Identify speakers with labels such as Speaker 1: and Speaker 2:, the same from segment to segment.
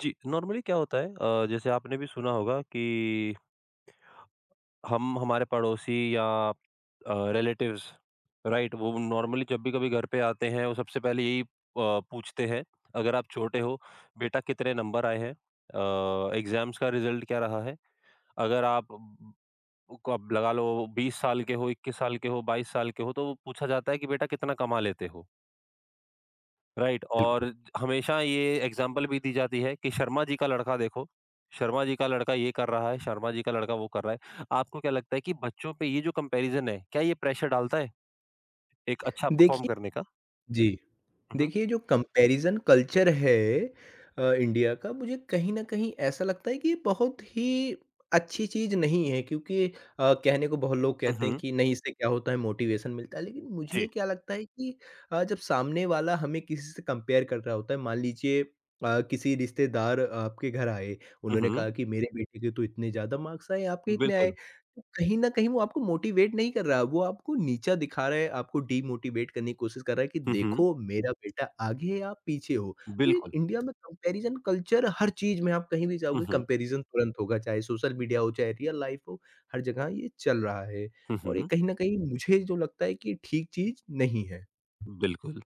Speaker 1: जी, normally क्या होता है जैसे आपने भी सुना होगा कि हम हमारे पड़ोसी या रिलेटिव्स राइट वो नॉर्मली जब भी कभी घर पे आते हैं वो सबसे पहले यही पूछते हैं अगर आप छोटे हो बेटा कितने नंबर आए हैं एग्जाम्स का रिजल्ट क्या रहा है अगर आप को अब लगा लो 20 साल के हो 21 साल के हो 22 साल के हो तो पूछा जाता है कि बेटा कितना कमा लेते हो राइट
Speaker 2: बिल्कुल।
Speaker 1: और हमेशा ये एग्जाम्पल भी दी जाती है कि शर्मा जी का लड़का देखो, शर्मा जी का लड़का ये कर रहा है, शर्मा जी का लड़का वो कर रहा है। आपको क्या लगता है कि बच्चों पे ये जो कंपैरिज़न है, क्या ये प्रेशर डालता है एक अच्छा परफ़ॉर्म
Speaker 2: देखिए
Speaker 1: करने का?
Speaker 2: जी।
Speaker 1: हुँ, हुँ।
Speaker 2: देखिए, जो कंपैरिज़न कल्चर है इंडिया का मुझे कहीं न कहीं ऐसा लगता है कि ये बहुत ही अच्छी चीज़ नहीं है, क्योंकि कहने को बहुत लोग
Speaker 1: हुँ,
Speaker 2: कहते हैं
Speaker 1: हुँ।
Speaker 2: कि नहीं, इससे क्या होता है, मोटिवेशन मिलता है। लेकिन मुझे
Speaker 1: जी।
Speaker 2: क्या लगता है कि जब सामने वाला हमें किसी से कंपेयर कर रहा होता है, मान लीजिए किसी रिश्तेदार आपके घर आए,
Speaker 1: हुँ,
Speaker 2: उन्होंने
Speaker 1: हुँ।
Speaker 2: कहा कि मेरे बेटे के तो इतने ज़्यादा मार्क्स आए, आपके इतने आए।
Speaker 1: बिल्कुल।
Speaker 2: तो कहीं न कहीं वो आपको मोटिवेट नहीं कर रहा है, वो आपको नीचा दिखा रहा है, आपको डीमोटिवेट करने की कोशिश कर रहा है कि
Speaker 1: हुँ, हुँ।
Speaker 2: देखो, मेरा बेटा आगे है, आप पीछे हो। तो ये
Speaker 1: बिल्कुल।
Speaker 2: इंडिया में कंपैरिज़न कल्चर हर चीज़ में, आप कहीं भी
Speaker 1: हुँ,
Speaker 2: जाओगे
Speaker 1: हुँ।
Speaker 2: कंपैरिज़न तुरंत होगा, चाहे सोशल मीडिया हो, चाहे रियल लाइफ़ हो, हर जगह ये चल रहा है।
Speaker 1: हुँ,
Speaker 2: और ये
Speaker 1: हुँ।
Speaker 2: कहीं न कहीं मुझे जो लगता है कि ये ठीक चीज़ नहीं है।
Speaker 1: बिल्कुल,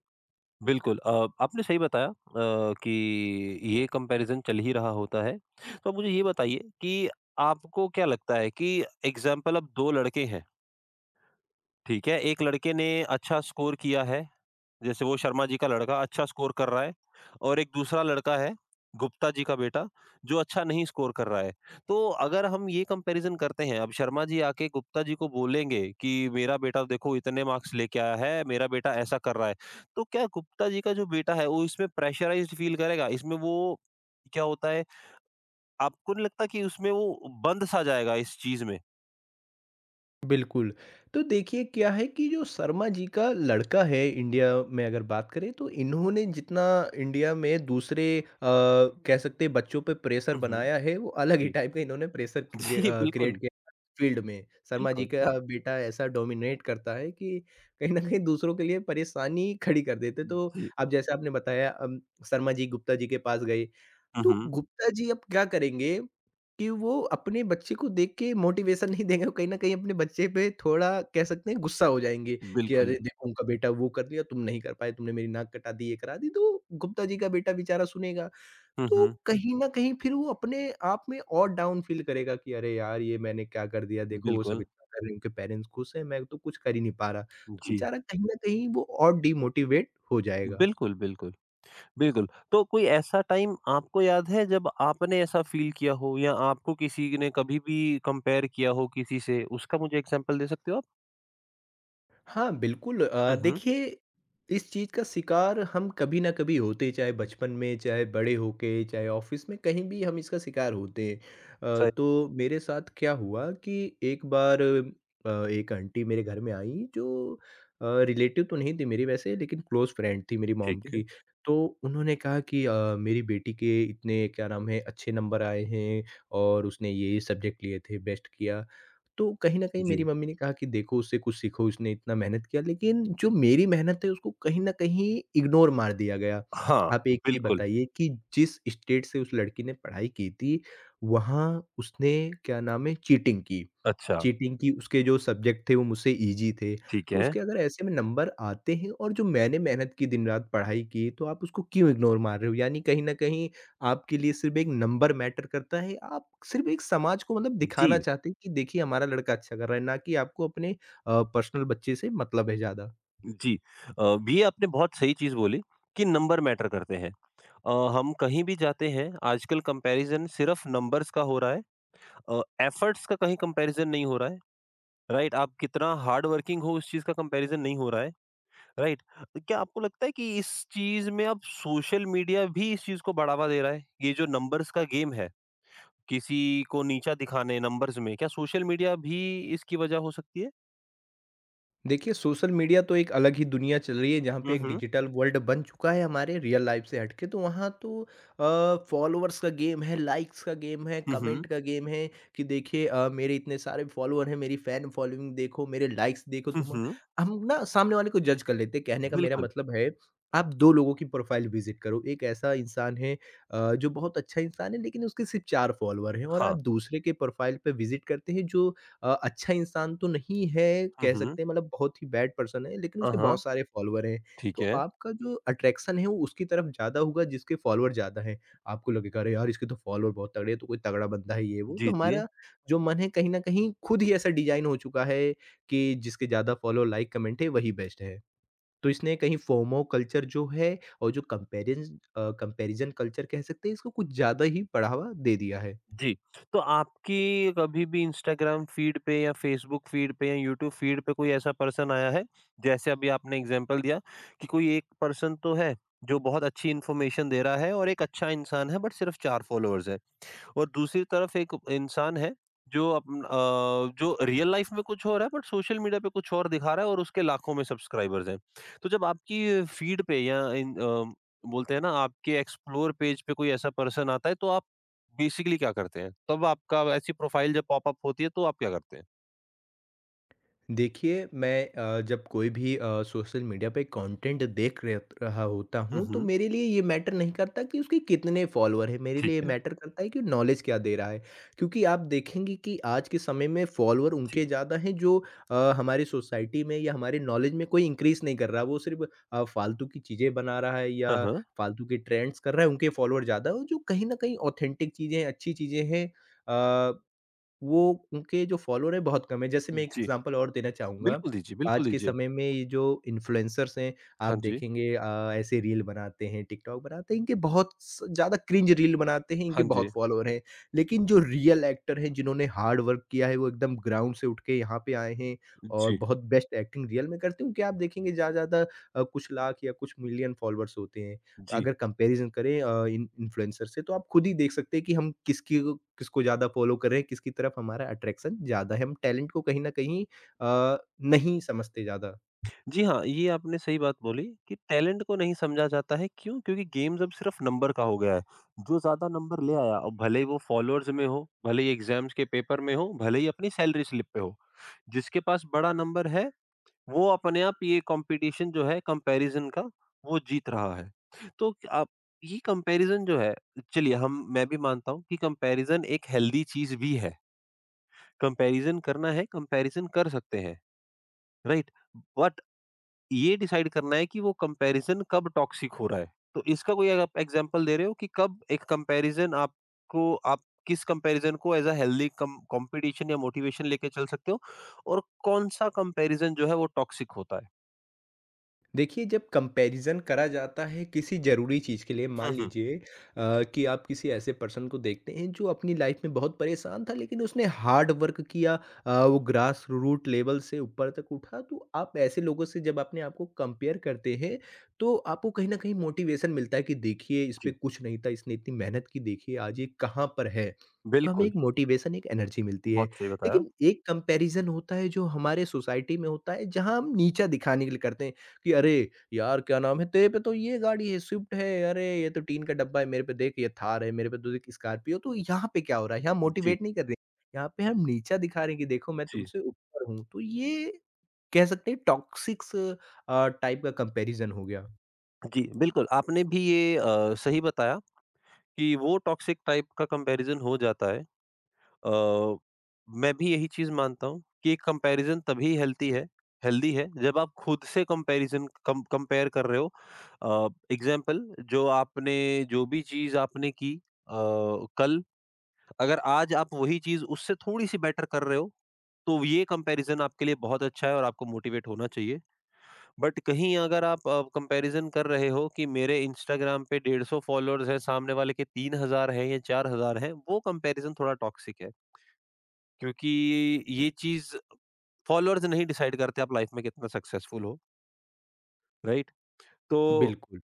Speaker 1: बिल्कुल। आपने सही बताया कि ये कंपैरिज़न चल ही रहा होता है। तो मुझे ये बताइए कि आपको क्या लगता है कि एग्ज़ाम्पल अब 2 लड़के हैं ठीक है, एक लड़के ने अच्छा स्कोर किया है, जैसे वो शर्मा जी का लड़का अच्छा स्कोर कर रहा है और एक दूसरा लड़का है, गुप्ता जी का बेटा, जो अच्छा नहीं स्कोर कर रहा है। तो अगर हम ये कंपैरिज़न करते हैं, अब शर्मा जी आके गुप्ता जी को बोलेंगे कि मेरा बेटा देखो इतने मार्क्स लेके आया है, मेरा बेटा ऐसा कर रहा है। तो क्या गुप्ता जी का जो बेटा है, वो इसमें प्रेशराइज़्ड फ़ील करेगा? इसमें वो क्या होता है, आपको नहीं लगता कि उसमें वो बंद-सा जाएगा इस चीज़ में?
Speaker 2: बिल्कुल। तो देखिए, क्या है कि जो शर्मा जी का लड़का है, इंडिया में अगर बात करें तो इन्होंने जितना इंडिया में दूसरे कह सकते हैं बच्चों पे प्रेशर
Speaker 1: हुँ, हुँ।
Speaker 2: बनाया है, वो अलग ही
Speaker 1: जी।
Speaker 2: टाइप का इन्होंने प्रेशर
Speaker 1: जी,
Speaker 2: क्रिएट
Speaker 1: बिल्कुल,
Speaker 2: किया फील्ड में। शर्मा जी
Speaker 1: बिल्कुल।
Speaker 2: का बेटा ऐसा डोमिनेट करता है कि कहीं न कहीं दूसरों के लिए परेशानी खड़ी कर देते। तो
Speaker 1: जी।
Speaker 2: अब जैसे आपने बताया शर्मा जी गुप्ता जी के पास गए।
Speaker 1: हुँ,
Speaker 2: तो
Speaker 1: हुँ।
Speaker 2: गुप्ता जी अब क्या करेंगे कि वो अपने बच्चे को देख के मोटिवेशन नहीं देंगे, वो कहीं न कहीं अपने बच्चे पे थोड़ा कह सकते हैं गुस्सा हो जाएँगे कि अरे,
Speaker 1: बिल्कुल।
Speaker 2: देखो उनका बेटा वो कर लिया, तुम नहीं कर पाए, तुमने मेरी नाक कटा दी, ये करा दी। तो गुप्ता जी का बेटा बेचारा सुनेगा,
Speaker 1: हुँ,
Speaker 2: तो
Speaker 1: हुँ।
Speaker 2: कहीं न कहीं फिर वो अपने आप में और डाउन फील करेगा कि अरे यार! ये मैंने क्या कर दिया? देखो, वो सब
Speaker 1: बिल्कुल।
Speaker 2: इतना कर रहे हैं, उनके पेरेंट्स खुश हैं, मैं तो कुछ कर ही नहीं पा रहा। तो
Speaker 1: जी।
Speaker 2: बेचारा कहीं न कहीं वो और डिमोटिवेट हो जाएगा।
Speaker 1: बिल्कुल, बिल्कुल, बिल्कुल। तो कोई ऐसा टाइम आपको याद है जब आपने ऐसा फ़ील किया हो या आपको किसी ने कभी भी कंपेयर किया हो किसी से? उसका मुझे एग्ज़ाम्पल दे सकते हो आप?
Speaker 2: हाँ, बिल्कुल।
Speaker 1: हुँ, हुँ।
Speaker 2: देखिए, इस चीज़ का शिकार हम कभी ना कभी होते हैं, चाहे बचपन में, चाहे बड़े होके, चाहे ऑफ़िस में, कहीं भी हम इसका शिकार होते हैं।
Speaker 1: सही
Speaker 2: तो
Speaker 1: बात है।
Speaker 2: मेरे साथ क्या हुआ कि एक बार एक आंटी मेरे घर में आईं, जो रिलेटिव तो नहीं थी मेरी वैसे, लेकिन क्लोज़ फ्रेंड थी मेरी मॉम
Speaker 1: ठीक है।
Speaker 2: की। तो उन्होंने कहा कि मेरी बेटी के इतने क्या नाम है अच्छे नंबर आए हैं, और उसने ये-ये सब्जेक्ट लिए थे, बेस्ट किया। तो कहीं न कहीं मेरी
Speaker 1: जी।
Speaker 2: मम्मी ने कहा कि देखो, उससे कुछ सीखो, उसने इतना मेहनत किया, लेकिन जो मेरी मेहनत है उसको कहीं न कहीं इग्नोर मार दिया गया।
Speaker 1: हाँ,
Speaker 2: आप एक चीज़
Speaker 1: बिल्कुल।
Speaker 2: बताइए कि जिस स्टेट से उस लड़की ने पढ़ाई की थी, वहाँ उसने क्या नाम है चीटिंग की।
Speaker 1: अच्छा,
Speaker 2: चीटिंग की, उसके जो सब्जेक्ट थे वो मुझसे ईज़ी थे,
Speaker 1: ठीक
Speaker 2: तो
Speaker 1: है।
Speaker 2: उसके अगर ऐसे में नंबर आते हैं, और जो मैंने मेहनत की, दिन-रात पढ़ाई की, तो आप उसको क्यों इग्नोर मार रहे हो? यानी कहीं न कहीं आपके लिए सिर्फ़ एक नंबर मैटर करता है। आप सिर्फ़ एक समाज को मतलब दिखाना
Speaker 1: जी,
Speaker 2: चाहते हैं कि देखिए, हमारा लड़का अच्छा कर रहा है, ना कि आपको अपने पर्सनल बच्चे से मतलब है ज़्यादा।
Speaker 1: जी। ये आपने बहुत सही चीज़ बोली कि नंबर मैटर करते हैं। अ, हम कहीं भी जाते हैं आजकल कंपैरिज़न सिर्फ़ नंबर्स का हो रहा है एफर्ट्स का कहीं कंपैरिज़न नहीं हो रहा है, राइट? आप कितना हार्ड वर्किंग हो इस चीज़ का कंपैरिज़न नहीं हो रहा है, राइट? क्या आपको लगता है कि इस चीज़ में अब सोशल मीडिया भी इस चीज़ को बढ़ावा दे रहा है? ये जो नंबर्स का गेम है, किसी को नीचा दिखाने नंबर्स में, क्या सोशल मीडिया भी इसकी वजह हो सकती है?
Speaker 2: देखिए, सोशल मीडिया तो एक अलग ही दुनिया चल रही है, जहाँ पे
Speaker 1: हुँ,
Speaker 2: एक
Speaker 1: हुँ।
Speaker 2: डिजिटल वर्ल्ड बन चुका है हमारे रियल लाइफ से हट के, तो वहाँ तो फॉलोअर्स का गेम है, लाइक्स का गेम है,
Speaker 1: हुँ,
Speaker 2: कमेंट
Speaker 1: हुँ।
Speaker 2: का गेम है कि देखिए मेरे इतने सारे फॉलोअर हैं, मेरी फैन फॉलोइंग देखो, मेरे लाइक्स देखो
Speaker 1: हुँ,
Speaker 2: तुम।
Speaker 1: हुँ।
Speaker 2: हम ना सामने वाले को जज कर लेते हैं। कहने का मेरा
Speaker 1: बिल्कुल।
Speaker 2: मतलब है, आप 2 लोगों की प्रोफाइल विज़िट करो, एक ऐसा इंसान है जो बहुत अच्छा इंसान है, लेकिन उसके सिर्फ़ 4 फॉलोअर हैं, और आप
Speaker 1: हाँ।
Speaker 2: दूसरे के प्रोफाइल पे विज़िट करते हैं, जो अच्छा इंसान तो नहीं है,
Speaker 1: हुँ,
Speaker 2: कह
Speaker 1: हुँ।
Speaker 2: सकते हैं मतलब बहुत ही बैड पर्सन है, लेकिन
Speaker 1: हाँ,
Speaker 2: उसके बहुत
Speaker 1: हाँ।
Speaker 2: सारे फ़ॉलोवर हैं।
Speaker 1: ठीक
Speaker 2: तो
Speaker 1: है।
Speaker 2: आपका जो अट्रैक्शन है वो उसकी तरफ ज़्यादा होगा, जिसके फ़ॉलोवर ज़्यादा हैं। आपको लगेगा अरे यार! इसके तो फ़ॉलोवर बहुत तगड़े हैं, तो कोई तगड़ा बंदा है ये वो। तो
Speaker 1: जी, जी।
Speaker 2: हमारा जो मन है कहीं न कहीं खुद ही ऐसा डिज़ाइन हो चुका है कि जिसके ज़्यादा फ़ॉलो, लाइक, कमेंट है, वही बेस्ट है। तो इसने कहीं फोमो कल्चर जो है और जो कंपैरिज़न कल्चर कह सकते हैं, इसको कुछ ज़्यादा ही बढ़ावा दे दिया है।
Speaker 1: जी, तो आपकी कभी भी इंस्टाग्राम फ़ीड पे या फ़ेसबुक फ़ीड पे या यूट्यूब फ़ीड पे कोई ऐसा पर्सन आया है? जैसे अभी आपने एग्ज़ाम्पल दिया कि कोई एक पर्सन तो है, जो बहुत अच्छी इन्फॉर्मेशन दे रहा है और एक अच्छा इंसान है बट सिर्फ़ 4 फ़ॉलोअर्स हैं। और दूसरी तरफ एक इंसान है जो जो रियल लाइफ में कुछ और है बट सोशल मीडिया पे कुछ और दिखा रहा है और उसके लाखों में सब्सक्राइबर्स हैं। तो जब आपकी फीड पे या बोलते हैं ना आपके एक्सप्लोर पेज पे कोई ऐसा पर्सन आता है तो आप बेसिकली क्या करते हैं? तब आपका ऐसी प्रोफाइल जब पॉपअप होती है तो आप क्या करते हैं?
Speaker 2: देखिए, मैं जब कोई भी सोशल मीडिया पे कंटेंट देख रह रहा होता
Speaker 1: हुँ,
Speaker 2: हूँ, तो
Speaker 1: हुँ।
Speaker 2: मेरे लिए ये मैटर नहीं करता कि उसके कितने फॉलोअर है, मेरे
Speaker 1: ठीक
Speaker 2: लिए
Speaker 1: है।
Speaker 2: मैटर करता है कि नॉलेज क्या दे रहा है। क्योंकि आप देखेंगे कि आज के समय में फॉलोअर
Speaker 1: जी।
Speaker 2: उनके ज़्यादा हैं, जो हमारी सोसाइटी में या हमारे नॉलेज में कोई इंक्रीज नहीं कर रहा, वो सिर्फ फालतू की चीज़ें बना रहा है, या
Speaker 1: हाँ, हाँ।
Speaker 2: फालतू के ट्रेंड्स कर रहा है, उनके फॉलोअर ज़्यादा हो, जो कहीं ना कहीं ऑथेंटिक चीज़ें अच्छी चीज़ें हैं वो, उनके जो फॉलोवर हैं बहुत कम है। जैसे मैं एक
Speaker 1: जी।
Speaker 2: एग्ज़ाम्पल और देना चाहूँगा,
Speaker 1: बिल्कुल दीजिए, बिल्कुल
Speaker 2: आज के
Speaker 1: दीजिए।
Speaker 2: समय में ये जो इन्फ्लुएंसर्स हैं, आप
Speaker 1: हाँ जी।
Speaker 2: देखेंगे ऐसे रील बनाते हैं, टिकटॉक बनाते हैं, इनके बहुत स ज़्यादा क्रिंज रील बनाते हैं, इनके
Speaker 1: हाँ
Speaker 2: बहुत
Speaker 1: जी।
Speaker 2: फॉलोवर हैं। लेकिन जो रियल एक्टर हैं जिन्होंने हार्ड वर्क किया है, वो एकदम ग्राउंड से उठ के यहाँ पे आए हैं, और
Speaker 1: जी।
Speaker 2: बहुत बेस्ट एक्टिंग रियल में करते हैं, उनके आप देखेंगे ज़्यादा से ज़्यादा कुछ लाख या कुछ मिलियन फॉलोवर्स होते हैं।
Speaker 1: जी।
Speaker 2: अगर कंपैरिज़न करें इन इन्फ्लुएंसर से, तो आप खुद ही देख सकते हैं कि हम किसकी किसको ज़्यादा फ़ॉलो कर रहे हैं, किसकी तरफ हमारा अट्रैक्शन ज़्यादा है। हम टैलेंट को कहीं न कहीं अ, नहीं समझते ज़्यादा।
Speaker 1: जी हाँ, ये आपने सही बात बोली कि टैलेंट को नहीं समझा जाता है, क्यों? क्योंकि गेम्स अब सिर्फ़ नंबर का हो गया है। जो ज़्यादा नंबर ले आया और भले ही वो फॉलोअर्स में हो, भले ही एग्ज़ाम्स के पेपर में हो, भले ही अपनी सैलरी स्लिप पे हो। जिसके पास बड़ा नंबर है, वो अपने आप ये कॉम्पिटिशन जो है कंपैरिज़न का, वो जीत रहा है। तो आप ये कंपैरिज़न जो है चलिए हम मैं भी मानता हूँ कि कंपैरिज़न एक हेल्दी चीज़ भी है। कंपैरिज़न करना है, कंपैरिज़न कर सकते हैं, राइट? बट ये डिसाइड करना है कि वो कंपैरिज़न कब टॉक्सिक हो रहा है। तो इसका कोई अगर आप एग्ज़ाम्पल दे रहे हो कि कब एक कंपैरिज़न आपको आप किस कंपैरिज़न को ऐज़ अ हेल्दी कम कॉम्पिटिशन या मोटिवेशन लेके चल सकते हो और कौन-सा कंपैरिज़न जो है वो टॉक्सिक होता है?
Speaker 2: देखिए, जब कंपैरिज़न करा जाता है किसी ज़रूरी चीज़ के लिए, मान
Speaker 1: हुँ, हुँ।
Speaker 2: लीजिए कि आप किसी ऐसे पर्सन को देखते हैं, जो अपनी लाइफ़ में बहुत परेशान था, लेकिन उसने हार्ड वर्क किया, वो ग्रास रूट लेवल से ऊपर तक उठा, तो आप ऐसे लोगों से जब अपने आप को कंपेयर करते हैं, तो आपको कहीं न कहीं मोटिवेशन मिलता है कि देखिए, इस पे
Speaker 1: जी,
Speaker 2: कुछ नहीं था, इसने इतनी मेहनत की, देखिए आज ये कहाँ पर है। तो हमें
Speaker 1: बिल्कुल,
Speaker 2: एक मोटिवेशन, एक एनर्जी मिलती है।
Speaker 1: बहुत सही बताया।
Speaker 2: लेकिन एक कंपैरिज़न होता है जो हमारे सोसाइटी में होता है, जहाँ हम नीचा दिखाने के लिए करते हैं, कि अरे यार, क्या नाम है, तेरे पे तो ये गाड़ी है, स्विफ्ट है, अरे ये तो टीन का डब्बा है, मेरे पे देख ये थार है, मेरे पे तो देख स्कॉर्पियो। तो यहाँ पे क्या हो रहा है, यहाँ
Speaker 1: जी,
Speaker 2: मोटिवेट नहीं कर रहे, यहाँ पे हम नीचा दिखा रहे हैं कि देखो, मैं
Speaker 1: जी।
Speaker 2: तुमसे ऊपर हूँ। तो ये कह सकते हैं टॉक्सिक्स टाइप का कंपैरिजन हो गया।
Speaker 1: जी, बिल्कुल आपने भी ये सही बताया कि वो टॉक्सिक टाइप का कंपैरिज़न हो जाता है। अ, मैं भी यही चीज़ मानता हूँ कि कंपैरिज़न तभी हेल्थी है हेल्दी है जब आप खुद से कंपैरिज़न कम कंपेयर कर रहे हो। एग्ज़ाम्पल जो आपने जो भी चीज़ आपने की कल अगर आज आप वही चीज़ उससे थोड़ी-सी बेटर कर रहे हो, तो ये कंपैरिज़न आपके लिए बहुत अच्छा है और आपको मोटिवेट होना चाहिए। बट कहीं अगर आप कंपैरिज़न कर रहे हो कि मेरे इंस्टाग्राम पे 150 फॉलोअर्स हैं, सामने वाले के 3,000 हैं या 4,000 हैं, वो कंपैरिज़न थोड़ा टॉक्सिक है। क्योंकि ये चीज़ फॉलोअर्स नहीं डिसाइड करते आप लाइफ में कितना सक्सेसफुल हो, राइट? तो
Speaker 2: बिल्कुल।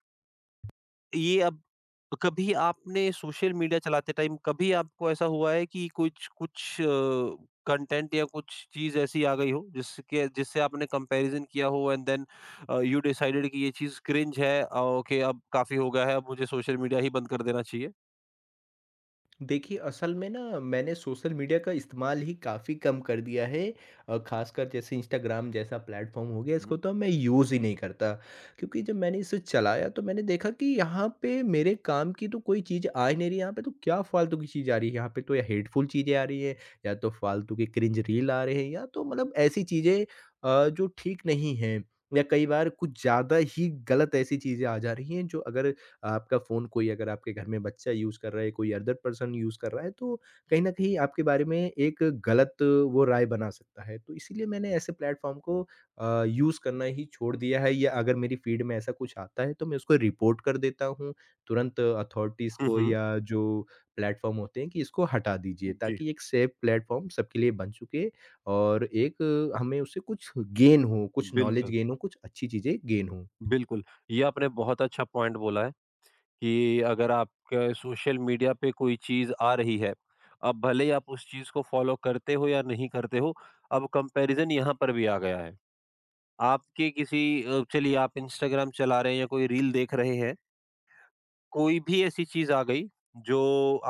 Speaker 1: ये अब कभी आपने सोशल मीडिया चलाते टाइम कभी आपको ऐसा हुआ है कि कुछ कुछ अ, कंटेंट या कुछ चीज़ ऐसी आ गई हो जिसके जिससे आपने कंपैरिज़न किया हो एंड देन यू डिसाइडेड कि ये चीज़ क्रिंज है ओके अब काफ़ी हो गया है, अब मुझे सोशल मीडिया ही बंद कर देना चाहिए?
Speaker 2: देखिए, असल में ना मैंने सोशल मीडिया का इस्तेमाल ही काफ़ी कम कर दिया है, ख़ासकर जैसे इंस्टाग्राम जैसा प्लेटफ़ॉर्म हो गया, इसको
Speaker 1: हुँ,
Speaker 2: तो अब मैं यूज़ ही नहीं करता। क्योंकि जब मैंने इसे चलाया, तो मैंने देखा कि यहाँ पे मेरे काम की तो कोई चीज़ आ ही नहीं रही है, यहाँ पे तो क्या फ़ालतू की चीज़ आ रही है, यहाँ पे तो या हेटफुल चीज़ें आ रही हैं, या तो फ़ालतू के क्रिंज रील आ रहे हैं, या तो मतलब ऐसी चीज़ें जो ठीक नहीं हैं, या कई बार कुछ ज़्यादा ही गलत ऐसी चीज़ें आ जा रही हैं, जो अगर आपका फ़ोन कोई, अगर आपके घर में बच्चा यूज़ कर रहा है, कोई अदर पर्सन यूज़ कर रहा है, तो कहीं न कहीं आपके बारे में एक गलत वो राय बना सकता है। तो इसीलिए मैंने ऐसे प्लेटफ़ॉर्म को यूज़ करना ही छोड़ दिया है, या अगर मेरी फ़ीड में ऐसा कुछ आता है, तो मैं उसको रिपोर्ट कर देता हूँ, तुरंत अथॉरिटीज़
Speaker 1: हुँ, हुँ,
Speaker 2: को,
Speaker 1: हुँ।
Speaker 2: या जो प्लेटफ़ॉर्म होते हैं, कि इसको हटा दीजिए,
Speaker 1: जी,
Speaker 2: ताकि एक सेफ प्लेटफ़ॉर्म सबके लिए बन चुके, और एक हमें उससे कुछ गेन हो, कुछ नॉलेज
Speaker 1: बिल्कुल,
Speaker 2: गेन हो, कुछ अच्छी चीज़ें गेन हों।
Speaker 1: बिल्कुल। ये आपने बहुत अच्छा पॉइंट बोला है। कि अगर आपके सोशल मीडिया पे कोई चीज़ आ रही है, अब भले ही आप उस चीज़ को फ़ॉलो करते हो या नहीं करते हो, अब कंपैरिज़न यहाँ पर भी आ गया है। आपके किसी चलिए आप इंस्टाग्राम चला रहे हैं या कोई रील देख रहे हैं, कोई भी ऐसी चीज़ आ गई जो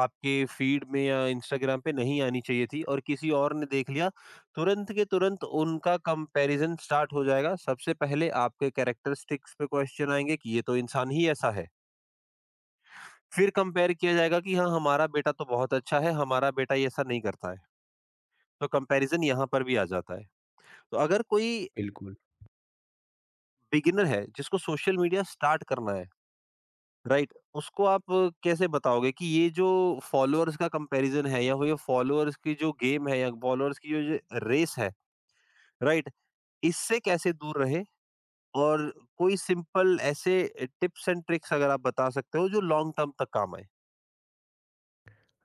Speaker 1: आपके फ़ीड में या इंस्टाग्राम पे नहीं आनी चाहिए थी और किसी और ने देख लिया, तुरंत के तुरंत उनका कंपैरिज़न स्टार्ट हो जाएगा। सबसे पहले आपके कैरेक्टरिस्टिक्स पे क्वेश्चन आएँगे कि ये तो इंसान ही ऐसा है। फिर कंपेयर किया जाएगा कि हाँ, हमारा बेटा तो बहुत अच्छा है, हमारा बेटा ये ऐसा नहीं करता है। तो कंपैरिज़न यहाँ पर भी आ जाता है। तो अगर कोई
Speaker 2: बिल्कुल।
Speaker 1: बिगिनर है, जिसको सोशल मीडिया स्टार्ट करना है, राइट? उसको आप कैसे बताओगे कि ये जो फॉलोअर्स का कंपैरिज़न है या वो ये फॉलोअर्स की जो गेम है या फॉलोअर्स की जो रेस है, राइट? इससे कैसे दूर रहे और कोई सिंपल ऐसे टिप्स एंड ट्रिक्स अगर आप बता सकते हो जो लॉन्ग टर्म तक काम आए?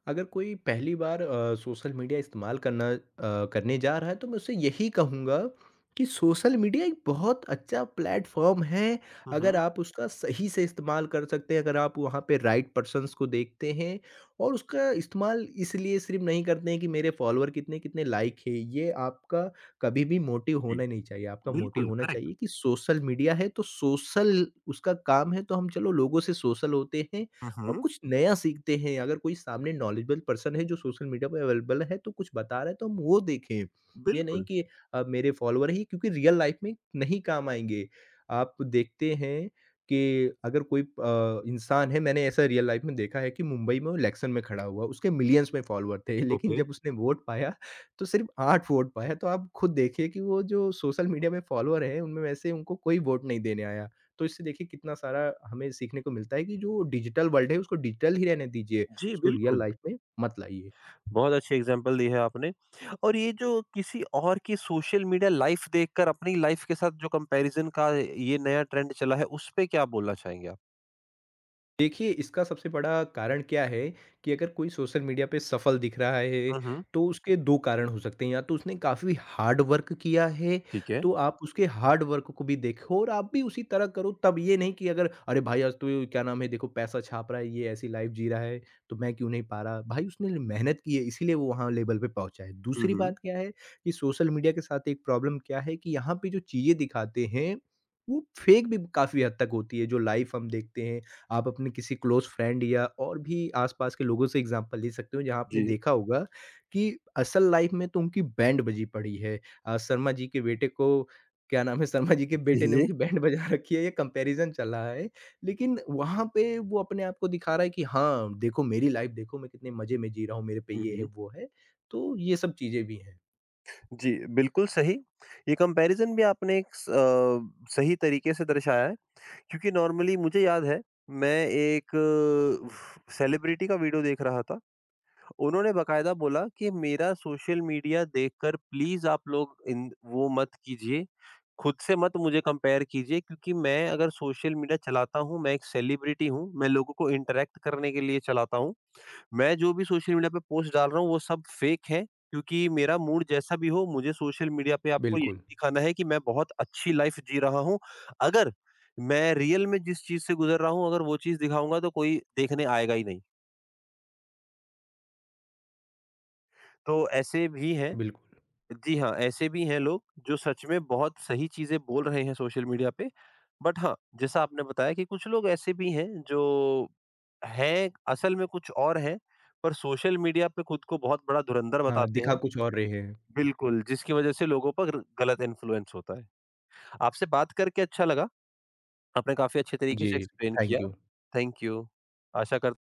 Speaker 2: अगर कोई पहली बार सोशल मीडिया इस्तेमाल करने जा रहा है, तो मैं उससे यही कहूँगा कि सोशल मीडिया एक बहुत अच्छा प्लेटफॉर्म है।
Speaker 1: हुँ,
Speaker 2: अगर
Speaker 1: हुँ।
Speaker 2: आप उसका सही से इस्तेमाल कर सकते हैं, अगर आप वहाँ पे राइट पर्सन्स को देखते हैं, और उसका इस्तेमाल इसलिए सिर्फ़ नहीं करते हैं कि मेरे फॉलोअर कितने, कितने लाइक है, ये आपका कभी भी मोटिव
Speaker 1: जी,
Speaker 2: होना नहीं चाहिए। आपका मोटिव
Speaker 1: बिल्कुल,
Speaker 2: होना चाहिए
Speaker 1: करेक्ट।
Speaker 2: कि सोशल मीडिया है तो सोशल उसका काम है, तो हम चलो लोगों से सोशल होते हैं
Speaker 1: हुँ,
Speaker 2: और
Speaker 1: हुँ।
Speaker 2: कुछ नया सीखते हैं। अगर कोई सामने नॉलेजेबल पर्सन है, जो सोशल मीडिया पे अवेलेबल है, तो कुछ बता रहा है, तो हम वो देखें। ये नहीं
Speaker 1: बिल्कुल,
Speaker 2: कि मेरे फॉलोवर ही, क्योंकि रियल लाइफ में नहीं काम आएँगे। आप देखते हैं कि अगर कोई इंसान है, मैंने ऐसा रियल लाइफ में देखा है कि मुंबई में वो इलेक्शन में खड़ा हुआ, उसके मिलियंस में फॉलोवर थे, लेकिन
Speaker 1: ओके।
Speaker 2: जब उसने वोट पाया तो सिर्फ़ 8 वोट पाया। तो आप खुद देखिए कि वो जो सोशल मीडिया में फॉलोवर हैं उनमें वैसे उनको कोई वोट नहीं देने आया। तो इससे देखिए कितना सारा हमें सीखने को मिलता है कि जो डिजिटल वर्ल्ड है, उसको डिजिटल ही रहने दीजिए,
Speaker 1: जी,
Speaker 2: उसको रियल
Speaker 1: बिल्कुल।
Speaker 2: लाइफ़ में मत लाइए।
Speaker 1: बहुत अच्छी एग्ज़ाम्पल दी है आपने और ये जो किसी और की सोशल मीडिया लाइफ़ देखकर अपनी लाइफ़ के साथ जो कंपैरिज़न का ये नया ट्रेंड चला है, उसपे क्या बोलना चाहेंगे आप?
Speaker 2: देखिए, इसका सबसे बड़ा कारण क्या है कि अगर कोई सोशल मीडिया पे सफल दिख रहा है,
Speaker 1: हुँ, हुँ।
Speaker 2: तो उसके 2 कारण हो सकते हैं। या तो उसने काफ़ी हार्ड वर्क किया है,
Speaker 1: ठीक है।
Speaker 2: तो आप उसके हार्ड वर्क को भी देखो और आप भी उसी तरह करो। तब ये नहीं कि अगर अरे भाई! आज तो ये क्या नाम है देखो, पैसा छाप रहा है, ये ऐसी लाइफ़ जी रहा है, तो मैं क्यों नहीं पा रहा? भाई, उसने मेहनत की है, इसीलिए वो वहाँ लेवल पे पहुँचा है।
Speaker 1: हुँ,
Speaker 2: दूसरी
Speaker 1: हुँ।
Speaker 2: बात क्या है कि सोशल मीडिया के साथ एक प्रॉब्लम क्या है कि यहाँ पे जो चीज़ें दिखाते हैं, वो फ़ेक भी काफ़ी हद तक होती है। जो लाइफ़ हम देखते हैं, आप अपने किसी क्लोज़ फ्रेंड या और भी आस-पास के लोगों से एग्ज़ाम्पल ले सकते हो, जहाँ आपने
Speaker 1: जी।
Speaker 2: देखा होगा कि असल लाइफ़ में तो उनकी बैंड बजी पड़ी है। शर्मा जी के बेटे को क्या नाम है, शर्मा जी के
Speaker 1: जी,
Speaker 2: बेटे ने
Speaker 1: जी।
Speaker 2: उनकी बैंड बजा रखी है, ये कंपैरिज़न चल रहा है। लेकिन वहाँ पे वो अपने आप को दिखा रहा है कि हाँ, देखो मेरी लाइफ़, देखो मैं कितने मज़े में जी रहा हूँ, मेरे पे
Speaker 1: हुँ,
Speaker 2: ये है,
Speaker 1: हुँ।
Speaker 2: वो है। तो ये सब चीज़ें भी हैं।
Speaker 1: जी, बिल्कुल सही। ये कंपैरिज़न भी आपने सही तरीके से दर्शाया है क्योंकि नॉर्मली मुझे याद है मैं एक सेलिब्रिटी का वीडियो देख रहा था। उन्होंने बाकायदा बोला कि मेरा सोशल मीडिया देखकर प्लीज़ आप लोग इन वो मत कीजिए, खुद से मत मुझे कंपेयर कीजिए क्योंकि मैं अगर सोशल मीडिया चलाता हूँ, मैं एक सेलिब्रिटी हूँ, मैं लोगों को इंटरैक्ट करने के लिए चलाता हूँ। मैं जो भी सोशल मीडिया पे पोस्ट डाल रहा हूँ वो सब फेक है क्योंकि मेरा मूड जैसा भी हो मुझे सोशल मीडिया पे आपको यही
Speaker 2: बिल्कुल,
Speaker 1: दिखाना है कि मैं बहुत अच्छी लाइफ़ जी रहा हूँ। अगर मैं रियल में जिस चीज़ से गुज़र रहा हूँ अगर वो चीज़ दिखाऊँगा तो कोई देखने आएगा ही नहीं। तो ऐसे भी हैं।
Speaker 2: बिल्कुल।
Speaker 1: जी हाँ, ऐसे भी हैं लोग जो सच में बहुत सही चीज़ें बोल रहे हैं सोशल मीडिया पे। बट हाँ, जैसा आपने बताया कि कुछ लोग ऐसे भी हैं जो हैं असल में कुछ और हैं, पर सोशल मीडिया पे खुद को बहुत बड़ा धुरंधर
Speaker 2: हाँ,
Speaker 1: बताते
Speaker 2: दिखा
Speaker 1: हैं।
Speaker 2: कुछ और रहे हैं।
Speaker 1: बिल्कुल, जिसकी वज़ह से लोगों पर गलत इन्फ्लुएंस होता है। आपसे बात करके अच्छा लगा। आपने काफ़ी अच्छे तरीके से
Speaker 2: जी,
Speaker 1: एक्सप्लेन
Speaker 2: थैंक
Speaker 1: किया।
Speaker 2: यू।
Speaker 1: Thank you. आशा कर